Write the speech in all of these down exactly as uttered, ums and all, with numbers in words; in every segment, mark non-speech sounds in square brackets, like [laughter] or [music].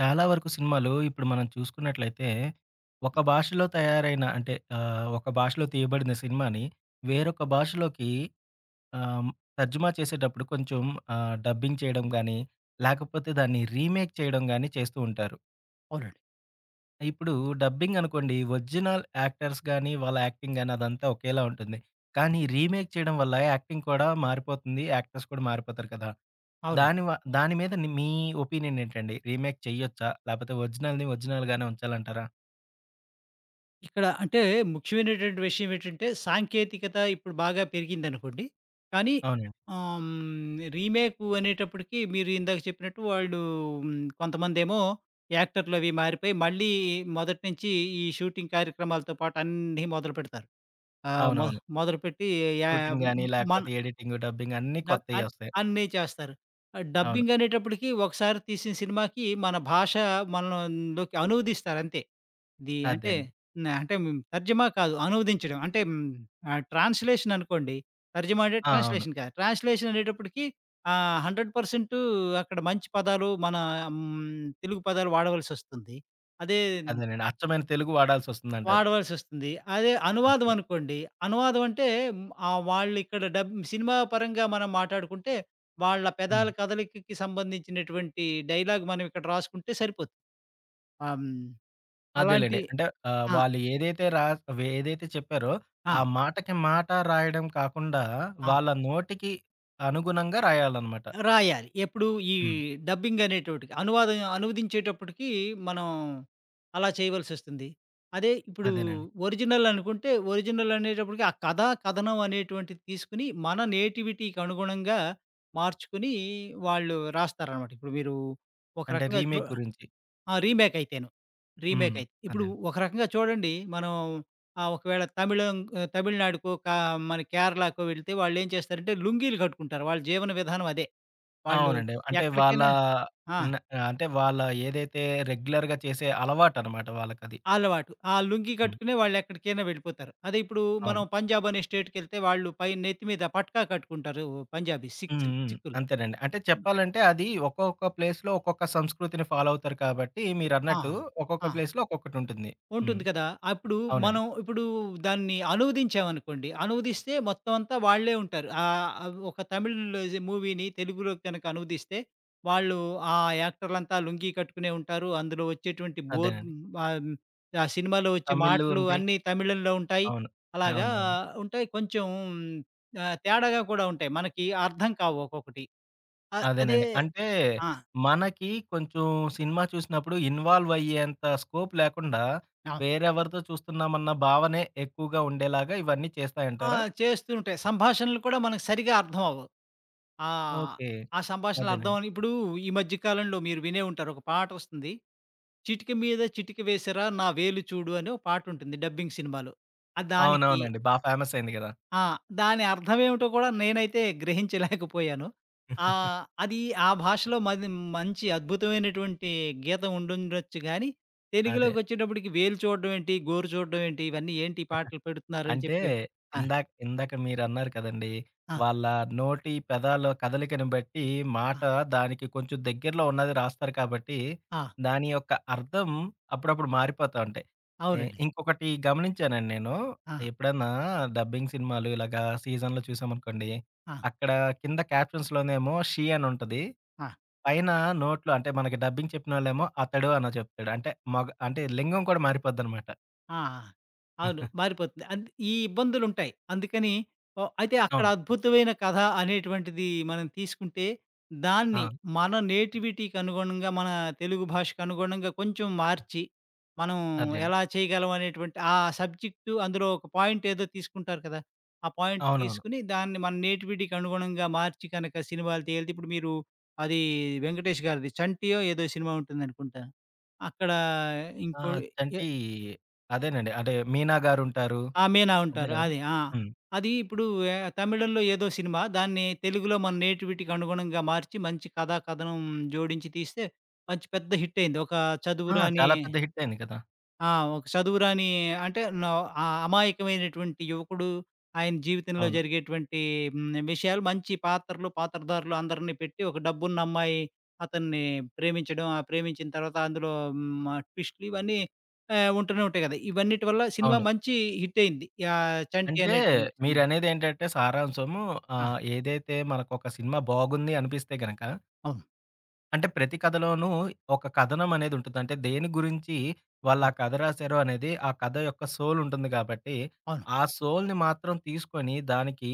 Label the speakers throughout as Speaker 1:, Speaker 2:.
Speaker 1: చాలా వరకు సినిమాలు ఇప్పుడు మనం చూసుకున్నట్లయితే, ఒక భాషలో తయారైన అంటే ఆహ్, ఒక భాషలో తీయబడిన సినిమాని వేరొక భాషలోకి ఆహ్, తర్జుమా చేసేటప్పుడు కొంచెం ఆహ్, డబ్బింగ్ చేయడం గానీ, లేకపోతే దాన్ని రీమేక్ చేయడం గానీ చేస్తూ ఉంటారు.
Speaker 2: అవునండి.
Speaker 1: ఇప్పుడు డబ్బింగ్ అనుకోండి. ఒరిజినల్ యాక్టర్స్ గాని, వాళ్ళ యాక్టింగ్ గాని అదంతా ఒకేలా ఉంటుంది. కానీ రీమేక్ చేయడం వల్ల యాక్టింగ్ కూడా మారిపోతుంది. యాక్టర్స్ కూడా మారిపోతారు కదా!
Speaker 2: అవునండి.
Speaker 1: దాని వ దాని మీద ని మీ ఒపీనియన్ ఏంటండి? రీమేక్ చేయొచ్చా? లేకపోతే ఒరిజినల్‌ని ఒరిజినల్ గానే ఉంచాలంటారా?
Speaker 2: ఇక్కడ అంటే ముఖ్యమైనటువంటి విషయం ఏంటంటే, సాంకేతికత ఇప్పుడు బాగా పెరిగిందనుకోండి. కానీ
Speaker 1: అవునండి.
Speaker 2: ఆహ్, హ్మ్. రీమేకు అనేటప్పటికి మీరు ఇందాక చెప్పినట్టు వాళ్ళు హ్మ్. కొంతమందేమో యాక్టర్‌లవి మారిపోయి, మళ్ళీ మొదటి నుంచి ఈ షూటింగ్ కార్యక్రమాలతో పాటు అన్నీ మొదలుపెడతారు. ఆహ్, మొ
Speaker 1: అవునవును.
Speaker 2: మొదలుపెట్టి యా
Speaker 1: షూటింగ్ గాని,
Speaker 2: మన
Speaker 1: లేకపోతే ఎడిటింగ్, డబ్బింగ్ అన్నీ
Speaker 2: డ
Speaker 1: కొత్తయి
Speaker 2: అన్
Speaker 1: వస్తాయి.
Speaker 2: అన్నీ చేస్తారు. ఆహ్,
Speaker 1: అవును.
Speaker 2: డబ్బింగ్ అనేటప్పటికి ఒకసారి తీసిన సినిమాకి మన భాష మనలోకి అనువదిస్తారంతే. ఇది
Speaker 1: అదే
Speaker 2: అంటే
Speaker 1: అండి.
Speaker 2: న అంటే హ్మ్, తర్జుమా కాదు. అనువదించడం. అంటే హ్మ్, ఆహ్, ట్రాన్స్‌లేషన్ అనుకోండి. తర్జుమా అంటే
Speaker 1: ఆ! అవును.
Speaker 2: ట్రాన్స్‌లేషన్ కాదు. ట్రాన్స్‌లేషన్ అనేటప్పటికి ఆహ్, వంద శాతం అక్కడ మంచి పదాలు మన హ్మ్, తెలుగు పదాలు వాడవలసొస్తుంది. అదే
Speaker 1: అదేనండి. అచ్చమైన తెలుగు వాడాల్సొస్తుందంటారు.
Speaker 2: వాడవలసొస్తుంది. అదే అనువాదం
Speaker 1: ఓకే.
Speaker 2: అనుకోండి. అనువాదం అంటే హ్మ్, ఆహ్, వాళ్ళిక్కడ డబ్ సినిమా పరంగా మనం మాట్లాడుకుంటే వాళ్ళ పెదాల
Speaker 1: హ్మ్.
Speaker 2: కదలికకి సంబంధించినటువంటి డైలాగ్ మనం ఇక్కడ రాసుకుంటే సరిపోతుంది. ఆహ్, హ్మ్,
Speaker 1: అదేలెండి.
Speaker 2: అలాంటి
Speaker 1: అంటే ఆహ్,
Speaker 2: ఆ!
Speaker 1: వాళ్ళు ఏదైతే రాస్ వే ఏదైతే చెప్పారో,
Speaker 2: ఆ!
Speaker 1: ఆ మాటకి మాట రాయడం కాకుండా,
Speaker 2: ఆ!
Speaker 1: వాళ్ళ నోటికి అనుగుణంగా రాయాలనమాట.
Speaker 2: రాయాలి. ఎప్పుడు ఈ
Speaker 1: హ్మ్.
Speaker 2: డబ్బింగ్ అనేటోటికి. అనువాదం అనువదించేటప్పటికి మనం అలా చేయవలసొస్తుంది. అదే ఇప్పుడు
Speaker 1: అదేనండి.
Speaker 2: ఒరిజినల్ అనుకుంటే, ఒరిజినల్ అనేటప్పటికి ఆ కథ, కథనం అనేటువంటిది తీసుకొని మన నేటివిటీకి అనుగుణంగా మార్చుకొని వాళ్ళు రాస్తారనమాట. ఇప్పుడు మీరు ఒక
Speaker 1: అంటే
Speaker 2: రకంగా చూ
Speaker 1: రీమేక్ గురించి.
Speaker 2: ఆ! రీమేక్ అయితేను. రీమేక్
Speaker 1: హ్మ్.
Speaker 2: అయితే. ఇప్పుడు
Speaker 1: అదేండి.
Speaker 2: ఒక రకంగా చూడండి మనం ఆహ్, ఒకవేళ తమిళం ఆహ్, తమిళనాడుకో కా మన కేరళకో వెళ్తే వాళ్ళేం చేస్తారంటే లుంగీలు కట్టుకుంటారు. వాళ్ళ జీవన విధానం అదే. వాళ్ళు
Speaker 1: అవునండి. అంటే వాళ్ళ
Speaker 2: ఎక్కడికైనా ఆ!
Speaker 1: న అంటే వాళ్ళ ఏదైతే రెగ్యులర్‌గా చేసే అలవాటనమాట వాళ్ళకది.
Speaker 2: అలవాటు. ఆ లుంగీ
Speaker 1: హ్మ్.
Speaker 2: కట్టుకునే వాళ్ళెక్కడికైనా వెళ్ళిపోతారు. అదే ఇప్పుడు మనం
Speaker 1: అవును.
Speaker 2: పంజాబ్ అనే స్టేట్‌కెళ్తే వాళ్ళు పైన నెత్తి మీద పట్కా కట్టుకుంటారు పంజాబీ
Speaker 1: హ్మ్.
Speaker 2: సిక్స్
Speaker 1: హ్మ్.
Speaker 2: సిక్కులు.
Speaker 1: అంతేనండి. అంటే చెప్పాలంటే అది ఒక్కొక్క ప్లేస్‌లో ఒక్కొక్క సంస్కృతిని ఫాలో అవుతారు కాబట్టి,
Speaker 2: ఆ!
Speaker 1: మీరన్నట్టు ఒక్కొక్క
Speaker 2: ఆ!
Speaker 1: ప్లేస్‌లో ఒక్కొక్కటుంటుంది. హ్మ్.
Speaker 2: ఉంటుంది కదా! అప్పుడు
Speaker 1: అవునండి.
Speaker 2: మనం ఇప్పుడు దాన్ని అనువదించామనుకోండి. అనువదిస్తే మొత్తం అంతా వాళ్ళే ఉంటారు. ఆహ్, ఆహ్, ఒక తమిళ్ మూవీని తెలుగులోకి గనక అనువదిస్తే వాళ్ళు ఆ యాక్టర్లంతా లుంగీ కట్టుకునే ఉంటారు. అందులో వచ్చేటువంటి బోర్డ్
Speaker 1: అదేనండి.
Speaker 2: ఆహ్, ఆ సినిమాలో వచ్చే
Speaker 1: తమిళ్
Speaker 2: మాటలు
Speaker 1: ఉంటాయి.
Speaker 2: అన్నీ తమిళంలో ఉంటాయి.
Speaker 1: అవును.
Speaker 2: అలాగా
Speaker 1: అవునవును.
Speaker 2: ఉంటాయి. కొంచెం ఆహ్, తేడాగా కూడా ఉంటాయి. మనకి అర్థం కావు ఒక్కొక్కటి. అ అదే
Speaker 1: అదేనండి. అంటే
Speaker 2: ఆ!
Speaker 1: మనకి కొంచెం సినిమా చూసినప్పుడు ఇన్వాల్వ్ అయ్యేంత స్కోప్ లేకుండా
Speaker 2: ఆ!
Speaker 1: వేరెవరితో చూస్తున్నామన్న భావనే ఎక్కువగా ఉండేలాగా ఇవన్నీ
Speaker 2: ఆ!
Speaker 1: చేస్తాయంటారా?
Speaker 2: చేస్తూ ఉంటాయి. సంభాషణలు కూడా మనకు సరిగా అర్థం అవ్వవు. ఆ!
Speaker 1: ఓకే.
Speaker 2: ఆ సంభాషణలు
Speaker 1: అదేనండి.
Speaker 2: అర్థమని ఇప్పుడు ఈ మధ్య కాలంలో మీరు వినే ఉంటారు. ఒక పాట వస్తుంది. 'చిటిక మీద చిటిక వేశారా నా వేలు చూడు' అని ఒక పాటుంటుంది డబ్బింగ్ సినిమాలో. ఆ దానికి
Speaker 1: అవునవునండి. బా ఫేమస్ అయింది గదా!
Speaker 2: ఆ! దాని అర్థం ఏమిటో కూడా నేనైతే గ్రహించలేకపోయాను. ఆహ్, అది ఆ భాషలో మది మంచి అద్భుతమైనటువంటి గీతం ఉండుండొచ్చు గానీ,
Speaker 1: అదే.
Speaker 2: తెలుగులోకొచ్చేటప్పటికి వేలు చూడడం ఏంటి, గోరు చూడడం ఏంటి, ఇవన్నీ ఏంటి ఈ పాటలు పెడుతున్నారని
Speaker 1: అంటే
Speaker 2: చెప్పి ఆ!
Speaker 1: ఇందాక ఇందాక మీరన్నారు కదండీ!
Speaker 2: ఆ!
Speaker 1: వాళ్ళ నోటి, పెదాల కదలికను బట్టి
Speaker 2: ఆ!
Speaker 1: మాట దానికి కొంచెం దగ్గరలో ఉన్నది రాస్తారు కాబట్టి,
Speaker 2: ఆ!
Speaker 1: దాని యొక్క అర్థం అప్పుడప్పుడు మారిపోతా ఉంటాయి. ఎ
Speaker 2: అవునండి.
Speaker 1: ఇంకొకటి గమనించానండి నేను.
Speaker 2: ఆ!
Speaker 1: ఎప్పుడన్నా డబ్బింగ్ సినిమాలు ఇలాగా సీజన్‌లో చూసామనుకోండి.
Speaker 2: ఆ!
Speaker 1: అక్కడ కింద క్యాప్షన్స్‌లోనేమో 'షీ' అని ఉంటది.
Speaker 2: ఆ!
Speaker 1: పైన నోట్లో అంటే మనకి డబ్బింగ్ చెప్పినోళ్ళేమో 'అతడు' అని చెప్తాడు. అంటే మగ అంటే లింగం కూడా మారిపోద్దనమాట.
Speaker 2: ఆ! అవును.
Speaker 1: [laughs]
Speaker 2: మారిపోతుంది. అంత్ ఈ ఇబ్బందులుంటాయి. అందుకని ఓహ్, అయితే అక్కడ
Speaker 1: అవును.
Speaker 2: అద్భుతమైన కథ అనేటువంటిది మనం తీసుకుంటే, దాన్ని
Speaker 1: ఆ!
Speaker 2: మన నేటివిటీకి అనుగుణంగా, మన తెలుగు భాషకు అనుగుణంగా కొంచెం మార్చి, మనం
Speaker 1: అదే అండి.
Speaker 2: ఎలా చేయగలం అనేటువంటి ఆ సబ్జెక్టు అందులో ఒక పాయింట్ ఏదో తీసుకుంటారు కదా! ఆ పాయింట్
Speaker 1: అవునవును.
Speaker 2: తీసుకొని దాన్ని మన నేటివిటీకి అనుగుణంగా మార్చి కనుక సినిమాలు తీయాలి. ఇప్పుడు మీరు అది వెంకటేష్ గారిది 'చంటియో' ఏదో సినిమా ఉంటుందనుకుంటా. అక్కడ
Speaker 1: ఆ!
Speaker 2: ఇంకోటి ఎ
Speaker 1: చంటి అదేనండి. అంటే 'మీనా' గారుంటారు.
Speaker 2: ఆ! 'మీనా'
Speaker 1: అంతే
Speaker 2: ఉంటారు.
Speaker 1: గదండీ!
Speaker 2: అది. ఆ!
Speaker 1: హ్మ్.
Speaker 2: అది ఇప్పుడు ఆహ్, తమిళంలో ఏదో సినిమా దాన్ని తెలుగులో మన నేటివిటీకి అనుగుణంగా మార్చి మంచి కథా కథనం జోడించి తీస్తే మంచి పెద్ద హిట్ అయింది. ఒక
Speaker 1: ఆ!
Speaker 2: చదువురాని
Speaker 1: చాలా పెద్ద హిట్ అయింది కదా!
Speaker 2: ఆ! ఒక చదువురాని అంటే నో ఆహ్, అమాయకమైనటువంటి యువకుడు, ఆయన జీవితంలో
Speaker 1: అవును.
Speaker 2: జరిగేటువంటి హ్మ్, విషయాలు మంచి పాత్రలు, పాత్రధారులు అందరిని పెట్టి ఒక డబ్బున్న అమ్మాయి అతన్ని ప్రేమించడం, ఆ ప్రేమించిన తర్వాత అందులో హ్మ్, ఆహ్, ట్విస్టులు ఇవన్నీ ఆహ్, ఉంటూనే ఉంటాయి కదా! ఇవన్నిటి వల్ల సినిమా
Speaker 1: అవును.
Speaker 2: మంచి హిట్ అయింది. యాహ్! 'చంటి'
Speaker 1: అంటే
Speaker 2: అనేటువంటి సినిమా.
Speaker 1: మీరనేదేంటంటే సారాంశము
Speaker 2: ఆ!
Speaker 1: ఆహ్, ఏదైతే మనకొక సినిమా బాగుంది అనిపిస్తే గనక
Speaker 2: అవును.
Speaker 1: అంటే ప్రతి కథలోనూ ఒక కథనం అనేదుంటుంది. అంటే దేని గురించి వాళ్ళు ఆ
Speaker 2: అవును.
Speaker 1: కథ రాశారో అనేది ఆ కథ యొక్క సోల్ ఉంటుంది కాబట్టి,
Speaker 2: అవును.
Speaker 1: ఆ సోల్‌ని మాత్రం తీసుకొని దానికి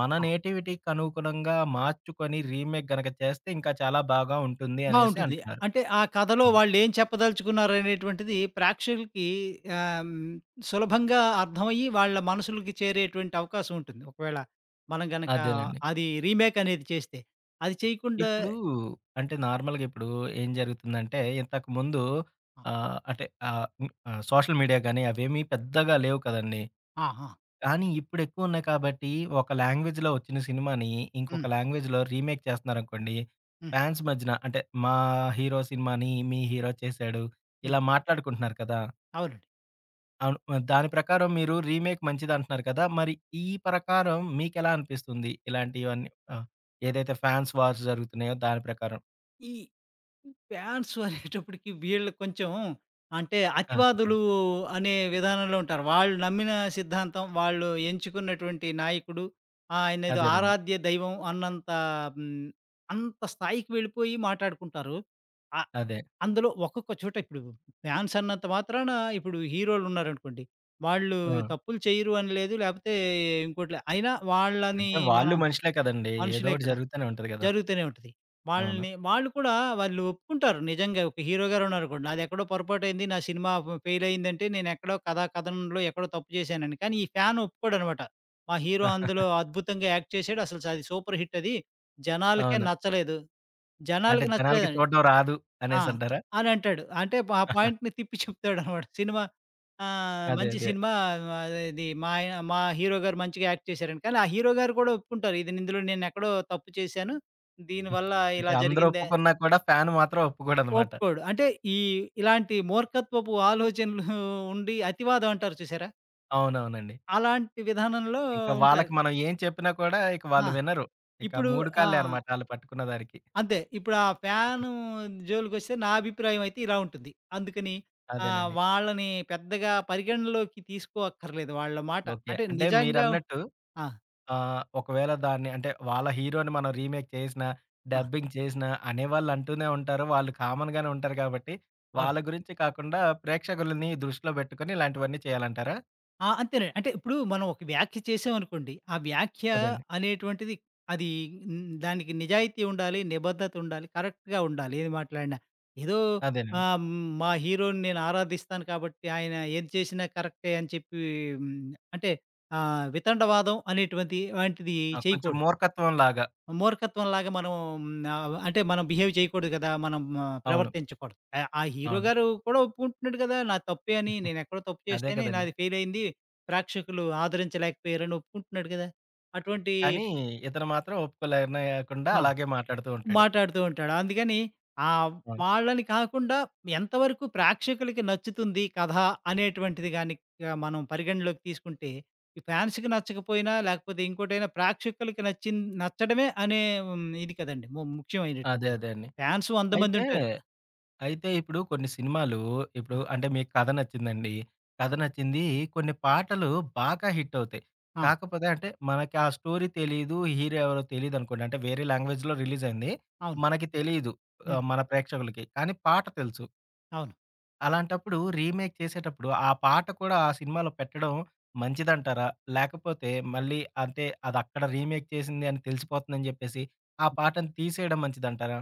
Speaker 1: మన
Speaker 2: ఆ!
Speaker 1: నేటివిటీకనుగుణంగా మార్చుకొని రీమేక్ గనక చేస్తే ఇంకా చాలా బాగా ఉంటుంది అనేసి
Speaker 2: బావుంటుంది.
Speaker 1: అంటున్నారు.
Speaker 2: అంటే ఆ కథలో
Speaker 1: హ్మ్.
Speaker 2: వాళ్ళేం చెప్పదలుచుకున్నారనేటువంటిది ప్రేక్షకులకి ఆహ్, హ్మ్, సులభంగా అర్థమయ్యి వాళ్ళ మనసులకి చేరేటువంటి అవకాశం ఉంటుంది. ఒకవేళ మనం గనక
Speaker 1: అదేనండి.
Speaker 2: అది రీమేక్ అనేది చేస్తే. అది చేయకుండా
Speaker 1: ఇప్పుడు అంటే నార్మల్‌గా ఇప్పుడు ఏం జరుగుతుందంటే, ఇంతకుముందు
Speaker 2: ఆ!
Speaker 1: ఆహ్, అంటే ఆహ్, హ్మ్, ఆహ్, సోషల్ మీడియా గాని అవేమీ పెద్దగా లేవు కదండీ!
Speaker 2: ఆ! ఆ!
Speaker 1: కానీ ఇప్పుడెక్కువున్నాయి కాబట్టి, ఒక లాంగ్వేజ్‌లో వచ్చిన సినిమాని ఇంకొక
Speaker 2: హ్మ్.
Speaker 1: లాంగ్వేజ్‌లో రీమేక్ చేస్తున్నారనుకోండి,
Speaker 2: హ్మ్.
Speaker 1: ఫ్యాన్స్ మధ్యన అంటే మా హీరో సినిమాని మీ హీరో చేశాడు.
Speaker 2: హ్మ్.
Speaker 1: ఇలా మాట్లాడుకుంటున్నారు కదా!
Speaker 2: అవునండి.
Speaker 1: అవును. దాని ప్రకారం మీరు రీమేక్ మంచిదంటున్నారు కదా! మరి ఈ ప్రకారం మీకెలా అనిపిస్తుంది? ఇలాంటివన్నీ ఆహ్, ఏదైతే ఫ్యాన్స్ వార్స్ జరుగుతున్నాయో దాని ప్రకారం?
Speaker 2: ఈ ఫ్యాన్స్ అనేటప్పటికి వీళ్ళు కొంచెం అంటే
Speaker 1: ఆ!
Speaker 2: అతివాదులు
Speaker 1: చెప్పండి.
Speaker 2: అనే విధానంలో ఉంటారు. వాళ్ళు నమ్మిన సిద్ధాంతం, వాళ్ళు ఎంచుకున్నటువంటి నాయకుడు, ఆయనేదో
Speaker 1: అదేనండి.
Speaker 2: ఆరాధ్య దైవం అన్నంత హ్మ్, అంత స్థాయికి వెళ్ళిపోయి మాటాడుకుంటారు. ఆహ్,
Speaker 1: అదే.
Speaker 2: అందులో ఒక్కొక్క చోట ఇప్పుడు ఫ్యాన్స్ అన్నంత మాత్రాన ఇప్పుడు హీరోలున్నారనుకోండి. వాళ్ళు
Speaker 1: ఆ!
Speaker 2: తప్పులు చేయరు అని లేదు. లేకపోతే ఇంకోటి లే అయినా వాళ్ళని
Speaker 1: అంటే వాళ్ళు
Speaker 2: మనం
Speaker 1: మనుషులే కదండీ! ఏదో
Speaker 2: మనుషులే
Speaker 1: ఒకటి
Speaker 2: కదా!
Speaker 1: జరుగుతూనే ఉంటది కదా!
Speaker 2: జరుగుతూనే ఉంటది.
Speaker 1: అవును.
Speaker 2: వాళ్ళని వాళ్ళు కూడా వాళ్ళు ఒప్పుకుంటారు. నిజంగా ఒక హీరో గారన్నారనుకోండి. నాదెక్కడో పొరపాటయింది. నా సినిమా ఫ్ ఫెయిలయిందంటే నేనెక్కడో కథా కథనంలో ఎక్కడో తప్పు చేశానని. కానీ ఈ ఫ్యాన్ ఒప్పుకోడనమాట. మా హీరో అందులో అద్భుతంగా యాక్ట్ చేసాడు. అసలు అది సూపర్ హిట్ అది. జనాలకే
Speaker 1: అవును.
Speaker 2: నచ్చలేదు.
Speaker 1: అంటే
Speaker 2: జనాలకి
Speaker 1: జనాలకి
Speaker 2: నచ్చలేదని
Speaker 1: చూడడం రాదు
Speaker 2: ఆ!
Speaker 1: అనేసంటారా?
Speaker 2: అనంటాడు. అంటే ఆ పాయింట్‌ని తిప్పి చెప్తాడనమాట. సినిమా ఆహ్,
Speaker 1: అదే.
Speaker 2: మంచి
Speaker 1: అదే.
Speaker 2: సినిమా ఆహ్, ఇది మా ఆయన మా హీరో గారు మంచిగా యాక్ట్ చేశారని. కానీ ఆ హీరో గారు కూడా ఒప్పుకుంటారు. ఇది ఇందులో నేనెక్కడో తప్పు చేశాను. దీనివల్ల
Speaker 1: అంటే
Speaker 2: ఇలా
Speaker 1: అందరూ
Speaker 2: జరిగిందే
Speaker 1: ఒప్పుకున్నా కూడా ఫ్యాన్ మాత్రం ఒప్పుకోడనమాట.
Speaker 2: ఒప్పుకోడు. అంటే ఈ ఇలాంటి మూర్ఖత్వపు ఆలోచనలు ఉండి అతివాదం అంటారు చూసారా?
Speaker 1: అవునవునండి.
Speaker 2: అలాంటి విధానంలో
Speaker 1: ఇంకా
Speaker 2: ఉంటారు.
Speaker 1: వాళ్ళకి మనం ఏం చెప్పినా కూడా ఇక
Speaker 2: ఆ!
Speaker 1: వాళ్ళు వినరు. ఇక
Speaker 2: ఇప్పుడు
Speaker 1: మూడు
Speaker 2: ఆ!
Speaker 1: కాళ్ళే అనమాట ఆళ్ళు పట్టుకున్న దానికి.
Speaker 2: అంతే. ఇప్పుడు ఆ ఫ్యాను జోలికొస్తే నా అభిప్రాయం అయితే ఇలా ఉంటుంది. అందుకని ఆహ్,
Speaker 1: అదేనండి.
Speaker 2: వాళ్ళని పెద్దగా పరిగణనలోకి తీసుకోక్కర్లేదు వాళ్ళ మాట.
Speaker 1: ఓకే.
Speaker 2: అంటే
Speaker 1: అంటే
Speaker 2: నిజంగా
Speaker 1: మీరన్నట్టు
Speaker 2: ఆ!
Speaker 1: ఆహ్, ఒకవేళ దాన్ని అంటే వాళ్ళ హీరోని మనం రీమేక్ చేసినా,
Speaker 2: ఆ!
Speaker 1: డబ్బింగ్ చేసినా అనేవాళ్ళు అంటూనే ఉంటారు. వాళ్ళు కామన్‌గానే ఉంటారు కాబట్టి,
Speaker 2: అవును.
Speaker 1: వాళ్ళ గురించి కాకుండా ప్రేక్షకులని దృష్టిలో పెట్టుకొని ఇలాంటివన్నీ చేయాలంటారా?
Speaker 2: ఆ! అంతేనండి. అంటే ఇప్పుడు మనం ఒక వ్యాఖ్య చేసామనుకోండి, ఆ వ్యాఖ్య
Speaker 1: అదండి.
Speaker 2: అనేటువంటిది అది హ్మ్, దానికి నిజాయితీ ఉండాలి, నిబద్ధత ఉండాలి, కరెక్ట్‌గా ఉండాలి ఏది మాట్లాడినా. ఏదో
Speaker 1: అదేనండి.
Speaker 2: ఆహ్, హ్మ్, మా హీరోని నేను ఆరాధిస్తాను కాబట్టి ఆయన ఏది చేసినా కరెక్టే అని చెప్పి హ్మ్, అంటే ఆహ్, వితండవాదం అనేటువంటి వంటిది
Speaker 1: ఆ! కొంచెం
Speaker 2: చేయకూడదు.
Speaker 1: మూర్ఖత్వంలాగా.
Speaker 2: మూర్ఖత్వంలాగా మనం ఆహ్, అంటే మనం బిహేవ్ చేయకూడదు కదా! మనం ఆహ్,
Speaker 1: అవును.
Speaker 2: ప్రవర్తించకూడదు. ఆ ఆ హీరో
Speaker 1: అవును.
Speaker 2: గారు కూడా ఒప్పుకుంటున్నాడు కదా! నా తప్పే అని. నేనెక్కడో తప్పు
Speaker 1: అదే
Speaker 2: చేస్తేనే
Speaker 1: కదండీ.
Speaker 2: నాది ఫెయిల్ అయింది. ప్రేక్షకులు ఆదరించలేకపోయారని ఒప్పుకుంటున్నాడు కదా! అటువంటి
Speaker 1: కానీ ఇతను మాత్రం ఒప్పుకోలేకుండా
Speaker 2: ఆ!
Speaker 1: అలాగే మాట్లాడుతూ ఉంటాడు.
Speaker 2: మాట్లాడుతూ ఉంటాడు. అందుకని ఆహ్,
Speaker 1: అవును.
Speaker 2: వాళ్ళని కాకుండా ఎంతవరకు ప్రేక్షకులకి నచ్చుతుంది కథ అనేటువంటిది గాని ఆహ్, మనం పరిగణలోకి తీసుకుంటే, ఈ ఫాన్స్‌కి నచ్చకపోయినా లేకపోతే ఇంకోటైనా ప్రేక్షకులకి నచ్చిన్ నచ్చడమే అనే హ్మ్. ఇది కదండీ ము
Speaker 1: అదే.
Speaker 2: ముఖ్యమైనటువంటిది.
Speaker 1: అదే అండి.
Speaker 2: ఫాన్స్ వంద మంది
Speaker 1: అయితే
Speaker 2: ఉంటారు.
Speaker 1: అయితే ఇప్పుడు కొన్ని సినిమాలు ఇప్పుడు
Speaker 2: ఆ!
Speaker 1: అంటే మీకు కథ నచ్చిందండి.
Speaker 2: ఆ!
Speaker 1: కథ నచ్చింది. కొన్ని పాటలు బాగా హిట్ అవుతాయి.
Speaker 2: ఆ!
Speaker 1: కాకపోతే అంటే మనకి ఆ స్టోరీ తెలీదు. హీరో ఎవరో తెలీదనుకోండి. అంటే వేరే లాంగ్వేజ్‌లో రిలీజ్ అయింది.
Speaker 2: అవును.
Speaker 1: మనకి తెలీదు.
Speaker 2: హ్మ్.
Speaker 1: ఆహ్, మన ప్రేక్షకులకి. కానీ పాట తెలుసు.
Speaker 2: అవును.
Speaker 1: అలాంటప్పుడు రీమేక్ చేసేటప్పుడు ఆ పాట కూడా ఆ సినిమాలో పెట్టడం మంచిదంటారా? లేకపోతే మళ్ళీ అంటే అది అక్కడ రీమేక్ చేసింది అని తెలిసిపోతుందని జెప్పేసి ఆ పాటను తీసేయడం మంచిదంటారా?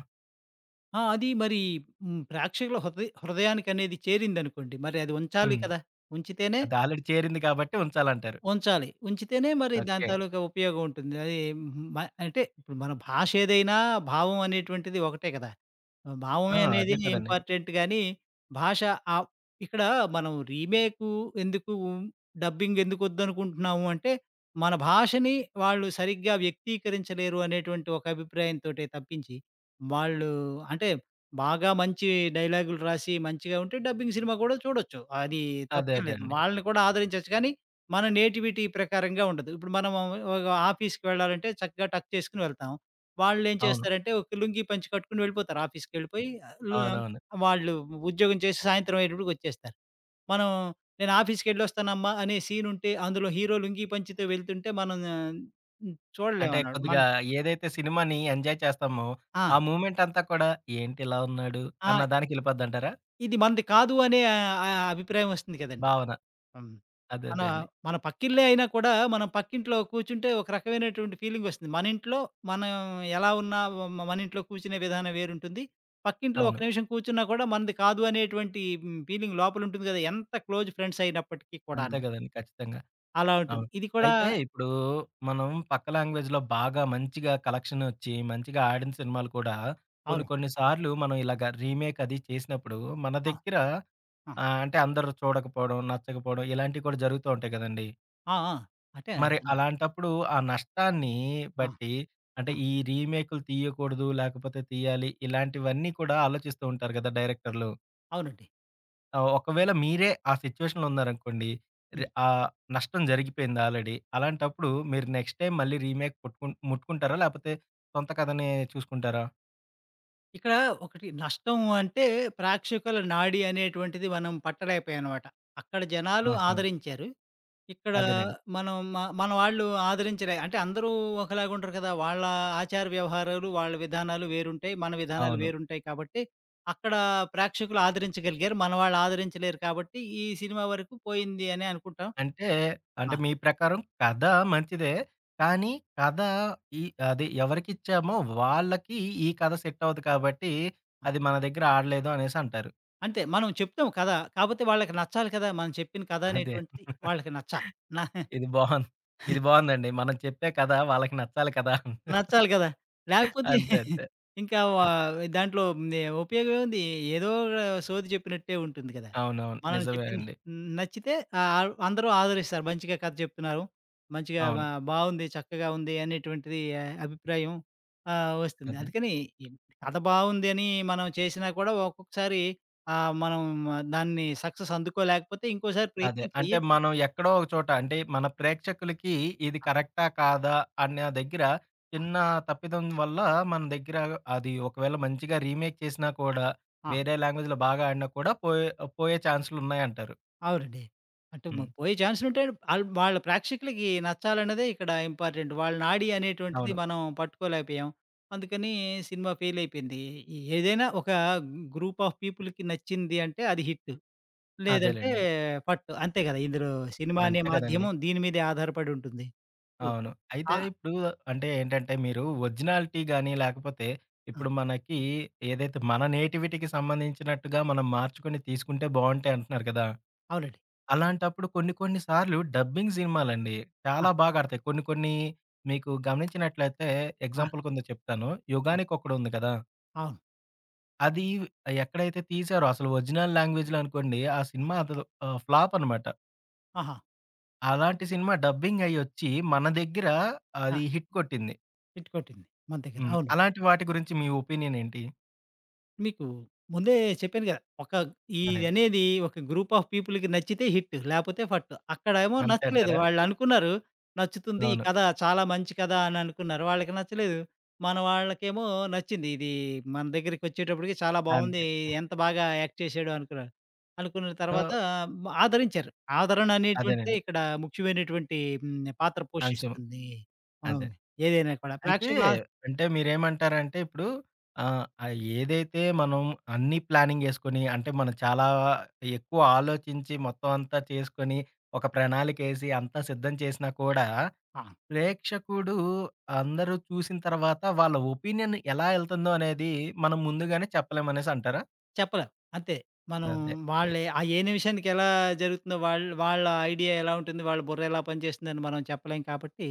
Speaker 2: ఆ! అది మరి హ్మ్. ప్రేక్షకుల హృదయ హృదయానికనేది చేరిందనుకోండి. మరి అది ఉంచాలి
Speaker 1: హ్మ్.
Speaker 2: కదా! ఉంచితేనే
Speaker 1: అది ఆల్రెడీ చేరింది కాబట్టి ఉంచాలంటారు.
Speaker 2: ఉంచాలి. ఉంచితేనే మరి దాని
Speaker 1: ఓకే.
Speaker 2: తాలూకా ఉపయోగం ఉంటుంది. అది మ అంటే ఇప్పుడు మన భాష ఏదైనా భావం అనేటువంటిది ఒకటే కదా! ఆ!
Speaker 1: ఆ!
Speaker 2: భావమే అనేది
Speaker 1: అదే కదండీ.
Speaker 2: ఇంపార్టెంట్ గానీ, భాష ఆహ్, ఇక్కడ మనం రీమేకు ఎందుకు, డబ్బింగ్ ఎందుకొద్దనుకుంటున్నాము అంటే, మన భాషని వాళ్ళు సరిగ్గా వ్యక్తీకరించలేరు అనేటువంటి ఒక అభిప్రాయంతోటే తప్పించి, వాళ్ళు అంటే బాగా మంచి డైలాగులు రాసి మంచిగా ఉంటే డబ్బింగ్ సినిమా కూడా చూడొచ్చు. అది
Speaker 1: అదే
Speaker 2: తప్పేం
Speaker 1: అదే
Speaker 2: లేదు.
Speaker 1: అండి.
Speaker 2: వాళ్ళని కూడా ఆదరించొచ్చు కానీ, మన నేటివిటీ ప్రకారంగా ఉండదు. ఇప్పుడు మనం ఒక ఆఫీస్‌కి వెళ్ళాలంటే చక్కగా టక్ చేసుకొని వెళ్తాం. వాళ్ళేం
Speaker 1: అవును.
Speaker 2: చేస్తారంటే ఒక లుంగీ పంచె కట్టుకొని వెళ్ళిపోతారు. ఆఫీస్‌కెళ్ళిపోయి లు
Speaker 1: అవునవును.
Speaker 2: వాళ్ళు ఉద్యోగం చేసి సాయంత్రం అయ్యేటప్పటికొచ్చేస్తారు. మనం నేను ఆఫీస్‌కెళ్ళొస్తానమ్మా అనే సీనుంటే అందులో హీరో లుంగీ పంచెతో వెళ్తుంటే మనం హ్మ్.
Speaker 1: అంటే
Speaker 2: చూడలేమన్నాడు. మన
Speaker 1: కొద్దిగా ఏదైతే సినిమాని ఎంజాయ్ చేస్తామో, ఆ
Speaker 2: ఆ!
Speaker 1: మూవ్‌మెంట్ అంతా కూడా ఏంటి ఇలా ఉన్నాడు
Speaker 2: ఆ!
Speaker 1: అన్న దానికి ఎళ్ళిపోద్దంటారా?
Speaker 2: ఇది మనది కాదు అనే ఆహ్, అభిప్రాయం వస్తుంది కదండీ!
Speaker 1: భావన.
Speaker 2: హ్మ్.
Speaker 1: అదే
Speaker 2: మన
Speaker 1: అదే అండి.
Speaker 2: మన పక్కిల్లే అయినా కూడా మనం పక్కింట్లో కూర్చుంటే ఒక రకమైనటువంటి ఫీలింగొస్తుంది. మన ఇంట్లో మనం ఎలా ఉన్నా మ మన ఇంట్లో కూర్చునే విధానం వేరుంటుంది. పక్కింట్లో ఒక
Speaker 1: అవును.
Speaker 2: నిమిషం కూర్చున్నా కూడా మనది కాదు అనేటువంటి హ్మ్, ఫీలింగ్ లోపలుంటుంది గదా! ఎంత క్లోజ్ ఫ్రెండ్స్ అయినప్పటికీ
Speaker 1: అంతే
Speaker 2: కూడాను.
Speaker 1: గదండీ ఖచ్చితంగా.
Speaker 2: అలా ఉంటుంది.
Speaker 1: అవును.
Speaker 2: ఇది కూడా
Speaker 1: అయితే ఇప్పుడు మనం పక్క లాంగ్వేజ్‌లో బాగా మంచిగా కలెక్షనొచ్చి, మంచిగా ఆడిన సినిమాలు కూడా కొన్ని
Speaker 2: అవును.
Speaker 1: కొన్ని సార్లు మనం ఇలాగ రీమేక్ అది చేసినప్పుడు మన
Speaker 2: ఆ!
Speaker 1: దగ్గర
Speaker 2: ఆ!
Speaker 1: ఆహ్, అంటే అందరూ చూడకపోవడం, నచ్చకపోవడం ఇలాంటివి కూడా జరుగుతూ ఉంటాయి గదండీ!
Speaker 2: ఆ! ఆ! అంటే
Speaker 1: మరి
Speaker 2: హ్మ్.
Speaker 1: అలాంటప్పుడు ఆ నష్టాన్ని
Speaker 2: ఆ!
Speaker 1: బట్టి అంటే
Speaker 2: ఆ!
Speaker 1: ఈ రీమేక్‌లు తీయకూడదు, లేకపోతే తీయాలి ఇలాంటివన్నీ కూడా ఆలోచిస్తూ ఉంటారు కదా డైరెక్టర్‌లు.
Speaker 2: అవునండి.
Speaker 1: ఆహ్, ఒకవేళ మీరే ఆ సిట్యుయేషన్‌లో ఉన్నారనుకోండి, రె
Speaker 2: హ్మ్.
Speaker 1: ఆహ్, నష్టం జరిగిపోయింది ఆల్రెడీ. అలాంటప్పుడు మీరు నెక్స్ట్ టైమ్ మళ్ళీ రీమేక్ పుట్టుకుం ముట్టుకుంటారా? లేకపోతే సొంత కథనే చూసుకుంటారా?
Speaker 2: ఇక్కడ ఒకటి నష్టం అంటే ప్రేక్షకుల నాడి అనేటువంటిది మనం పట్టలేకపోయామనమాట. అక్కడ జనాలు
Speaker 1: ఆహా!
Speaker 2: ఆదరించారు. ఇక్కడ
Speaker 1: అదేనండి.
Speaker 2: మనం మ మన వాళ్ళు ఆదరించలే అంటే అందరూ ఒకలాగా ఉండరు కదా! వాళ్ళ ఆచార వ్యవహారాలు, వాళ్ళ విధానాలు వేరుంటాయి. మన విధానాలు
Speaker 1: అవును.
Speaker 2: వేరుంటాయి కాబట్టి, అక్కడ ప్రేక్షకులు ఆదరించగలిగారు. మన వాళ్ళు ఆదరించలేరు కాబట్టి, ఈ సినిమా వరకు పోయింది అనే అనుకుంటాం.
Speaker 1: అంటే,
Speaker 2: ఆ!
Speaker 1: అంటే మీ ప్రకారం కథ మంచిదే. కానీ కథ ఈ అదే ఎవరికిచ్చామో వాళ్ళకి ఈ కథ సెట్ అవ్వదు కాబట్టి,
Speaker 2: ఆ!
Speaker 1: అది మన దగ్గర ఆడలేదు అనేసంటారు.
Speaker 2: అంతే మనం చెప్తాం కథ. కాపోతే వాళ్ళకి నచ్చాలి కదా! మనం చెప్పిన కథ
Speaker 1: అదే.
Speaker 2: అనేటువంటిది వాళ్ళకి నచ్చాలి. నా
Speaker 1: ఇది బావుంది. ఇది బావుందండి. మనం చెప్పే కథ వాళ్ళకి నచ్చాలి కదా!
Speaker 2: నచ్చాలి కదా! లేకపోతే
Speaker 1: అంతే. అంతే.
Speaker 2: [laughs] ఇంకా వా దాంట్లో నే ఉపయోగం ఏముంది? ఏదో ఒక సోది చెప్పినట్టే ఉంటుంది కదా!
Speaker 1: అవునవును.
Speaker 2: మనం
Speaker 1: నిజమే
Speaker 2: చెప్పింది
Speaker 1: అండి.
Speaker 2: నచ్చితే ఆహ్, అందరూ ఆదరిస్తారు. మంచిగా కథ చెప్తున్నారు. మంచిగా
Speaker 1: అవును.
Speaker 2: బా బావుంది, చక్కగా ఉంది అనేటువంటిది ఆ, అభిప్రాయం ఆహ్, వస్తుంది.
Speaker 1: అదే.
Speaker 2: అందుకని ఈ కథ బావుంది అని మనం చేసినా కూడా ఒక్కొక్కసారి ఆహ్, మనం ఆ, దాన్ని సక్సెస్ అందుకోలేకపోతే ఇంకోసారి
Speaker 1: అదే.
Speaker 2: ప్రయత్నం
Speaker 1: అంటే
Speaker 2: చేయొచ్చు.
Speaker 1: మనం ఎక్కడో ఒక చోట అంటే మన ప్రేక్షకులకి ఇది
Speaker 2: ఆ!
Speaker 1: కరెక్టా? కాదా? అన్న దగ్గర చిన్న తప్పిదం వల్ల మన దగ్గర అది ఒకవేళ మంచిగా రీమేక్ చేసినా కూడా
Speaker 2: ఆ!
Speaker 1: వేరే లాంగ్వేజ్‌లో బాగా ఆడినా కూడా పోయే పోయే ఛాన్సులున్నాయంటారు.
Speaker 2: అవునండి. అంటే మ
Speaker 1: హ్మ్.
Speaker 2: పోయే ఛాన్సులుంటాయి. ఆళ్ళు వాళ్ళ ప్రేక్షకులకి నచ్చాలన్నదే ఇక్కడ ఇంపార్టెంట్. వాళ్ళ నాడి అనేటువంటిది
Speaker 1: అవును.
Speaker 2: మనం పట్టుకోలేకపోయాం. అందుకని సినిమా ఫెయిలయిపోయింది. ఏదైనా ఒక గ్రూప్ ఆఫ్ పీపుల్‌కి నచ్చింది అంటే అది హిట్. లేదంటే
Speaker 1: అదేలెండి.
Speaker 2: పట్టు. అంతే కదా! ఇందులో సినిమా అనే
Speaker 1: అంతే కదండీ.
Speaker 2: మాధ్యమం దీని మీదే ఆధారపడి ఉంటుంది. హ్మ్.
Speaker 1: అవును. అయితే
Speaker 2: ఆ!
Speaker 1: ఇప్పుడు అంటే ఏంటంటే మీరు ఒరిజినాలిటీ గాని లేకపోతే
Speaker 2: ఆ!
Speaker 1: ఇప్పుడు మనకి ఏదైతే మన నేటివిటీకి సంబంధించినట్టుగా మనం మార్చుకొని తీసుకుంటే బావుంటాయి అంటున్నారు కదా!
Speaker 2: అవునండి.
Speaker 1: అలాంటప్పుడు కొన్ని కొన్ని సార్లు డబ్బింగ్ సినిమాలండి
Speaker 2: ఆ!
Speaker 1: చాలా బాగా ఆడతాయి. కొన్ని కొన్ని మీకు గమనించినట్లయితే
Speaker 2: ఆ!
Speaker 1: ఎగ్జాంపుల్ కింద చెప్తాను.
Speaker 2: ఆ!
Speaker 1: 'యుగానికొకడు' ఉంది కదా!
Speaker 2: అవును.
Speaker 1: అది ఎక్కడైతే తీశారో అసలు ఒరిజినల్ లాంగ్వేజ్‌లో అనుకోండి ఆ సినిమా అసలు ఆహ్, ఫ్లాప్ అనమాట.
Speaker 2: ఆహా!
Speaker 1: అలాంటి సినిమా డబ్బింగ్ అయ్యొచ్చి మన దగ్గర
Speaker 2: ఆ!
Speaker 1: అది హిట్ కొట్టింది.
Speaker 2: హిట్ కొట్టింది మన దగ్గర.
Speaker 1: హ్మ్.
Speaker 2: అవును.
Speaker 1: అలాంటి వాటి గురించి మీ ఒపీనియన్ ఏంటి?
Speaker 2: మీకు ముందే చెప్పాను గదా! ఒక
Speaker 1: అదే అండి.
Speaker 2: ఇదనేది ఒక గ్రూప్ ఆఫ్ పీపుల్‌కి నచ్చితే హిట్. లేపోతే ఫట్. అక్కడేమో
Speaker 1: అంతే
Speaker 2: నచ్చలేదు.
Speaker 1: అంటారా?
Speaker 2: వాళ్ళనుకున్నారు నచ్చుతుంది. ఈ
Speaker 1: అవును.
Speaker 2: కథ చాలా మంచి కథ అననుకున్నారు. వాళ్ళకి నచ్చలేదు. మన వాళ్ళకేమో నచ్చింది. ఇది మన దగ్గరికొచ్చేటప్పటికి చాలా బావుంది.
Speaker 1: అంతే.
Speaker 2: ఎంత బాగా యాక్ట్ చేశాడు అనుకున్నారు. అనుకున్న
Speaker 1: సో,
Speaker 2: తర్వాత మ ఆదరించారు. ఆదరణ అనేటువంటిదే
Speaker 1: అదేనండి
Speaker 2: ఇక్కడ ముఖ్యమైనటువంటి హ్మ్. పాత్ర
Speaker 1: అంశం.
Speaker 2: పోషిస్తుంది. మనం
Speaker 1: అదే.
Speaker 2: ఏదైనా కూడా
Speaker 1: అయితే
Speaker 2: ప్రేక్షకుల
Speaker 1: అంటే మీరేమంటారంటే ఇప్పుడు ఆహ్, ఆహ్, ఏదైతే మనం అన్నీ ప్లానింగ్ చేసుకొని అంటే మనం చాలా ఎక్కువ ఆలోచించి మొత్తం అంతా చేసుకొని, ఒక ప్రణాళికేసి అంతా సిద్ధం చేసినా కూడా
Speaker 2: ఆ!
Speaker 1: ప్రేక్షకుడు అందరూ చూసిన తర్వాత వాళ్ళ ఒపీనియన్ ఎలా ఎళ్తుందో అనేది మనం ముందుగానే చెప్పలేమనేసి అంటారా?
Speaker 2: చెప్పలేం. అంతే. మనం
Speaker 1: అదే.
Speaker 2: వాళ్ళే ఆ ఏ నిమిషానికి ఎలా జరుగుతుందో వాళ్ళ్ వాళ్ళ ఐడియా ఎలా ఉంటుంది, వాళ్ళ బుర్ర ఎలా పనిచేస్తుందని మనం చెప్పలేం కాబట్టి,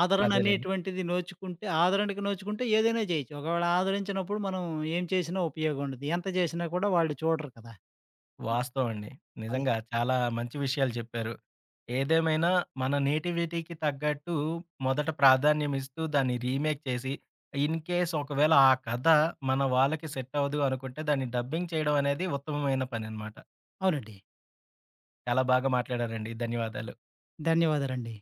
Speaker 2: ఆదరణ అవును.
Speaker 1: అదేలెండి.
Speaker 2: అనేటువంటిది నోచుకుంటే ఆదరణకి నోచుకుంటే ఏదైనా చేయొచ్చు. ఒకవేళ ఆదరించినప్పుడు మనం ఏం చేసినా ఉపయోగం ఉండదు. ఎంత చేసినా కూడా వాళ్ళు చూడరు కదా!
Speaker 1: వాస్తవం అండి.
Speaker 2: అదే.
Speaker 1: నిజంగా చాలా మంచి విషయాలు చెప్పారు. ఏదేమైనా మన నేటివిటీకి తగ్గట్టు మొదట ప్రాధాన్యం ఇస్తూ దాన్ని రీమేక్ చేసి, ఇన్ కేస్ ఒకవేళ ఆ కథ మన వాళ్ళకి సెట్ అవ్వదు అనుకుంటే దాన్ని డబ్బింగ్ చేయడం అనేది ఉత్తమమైన పననమాట.
Speaker 2: అవునండి.
Speaker 1: చాలా బాగా మాట్లాడారండి. ధన్యవాదాలు.
Speaker 2: ధన్యవాదాలండి.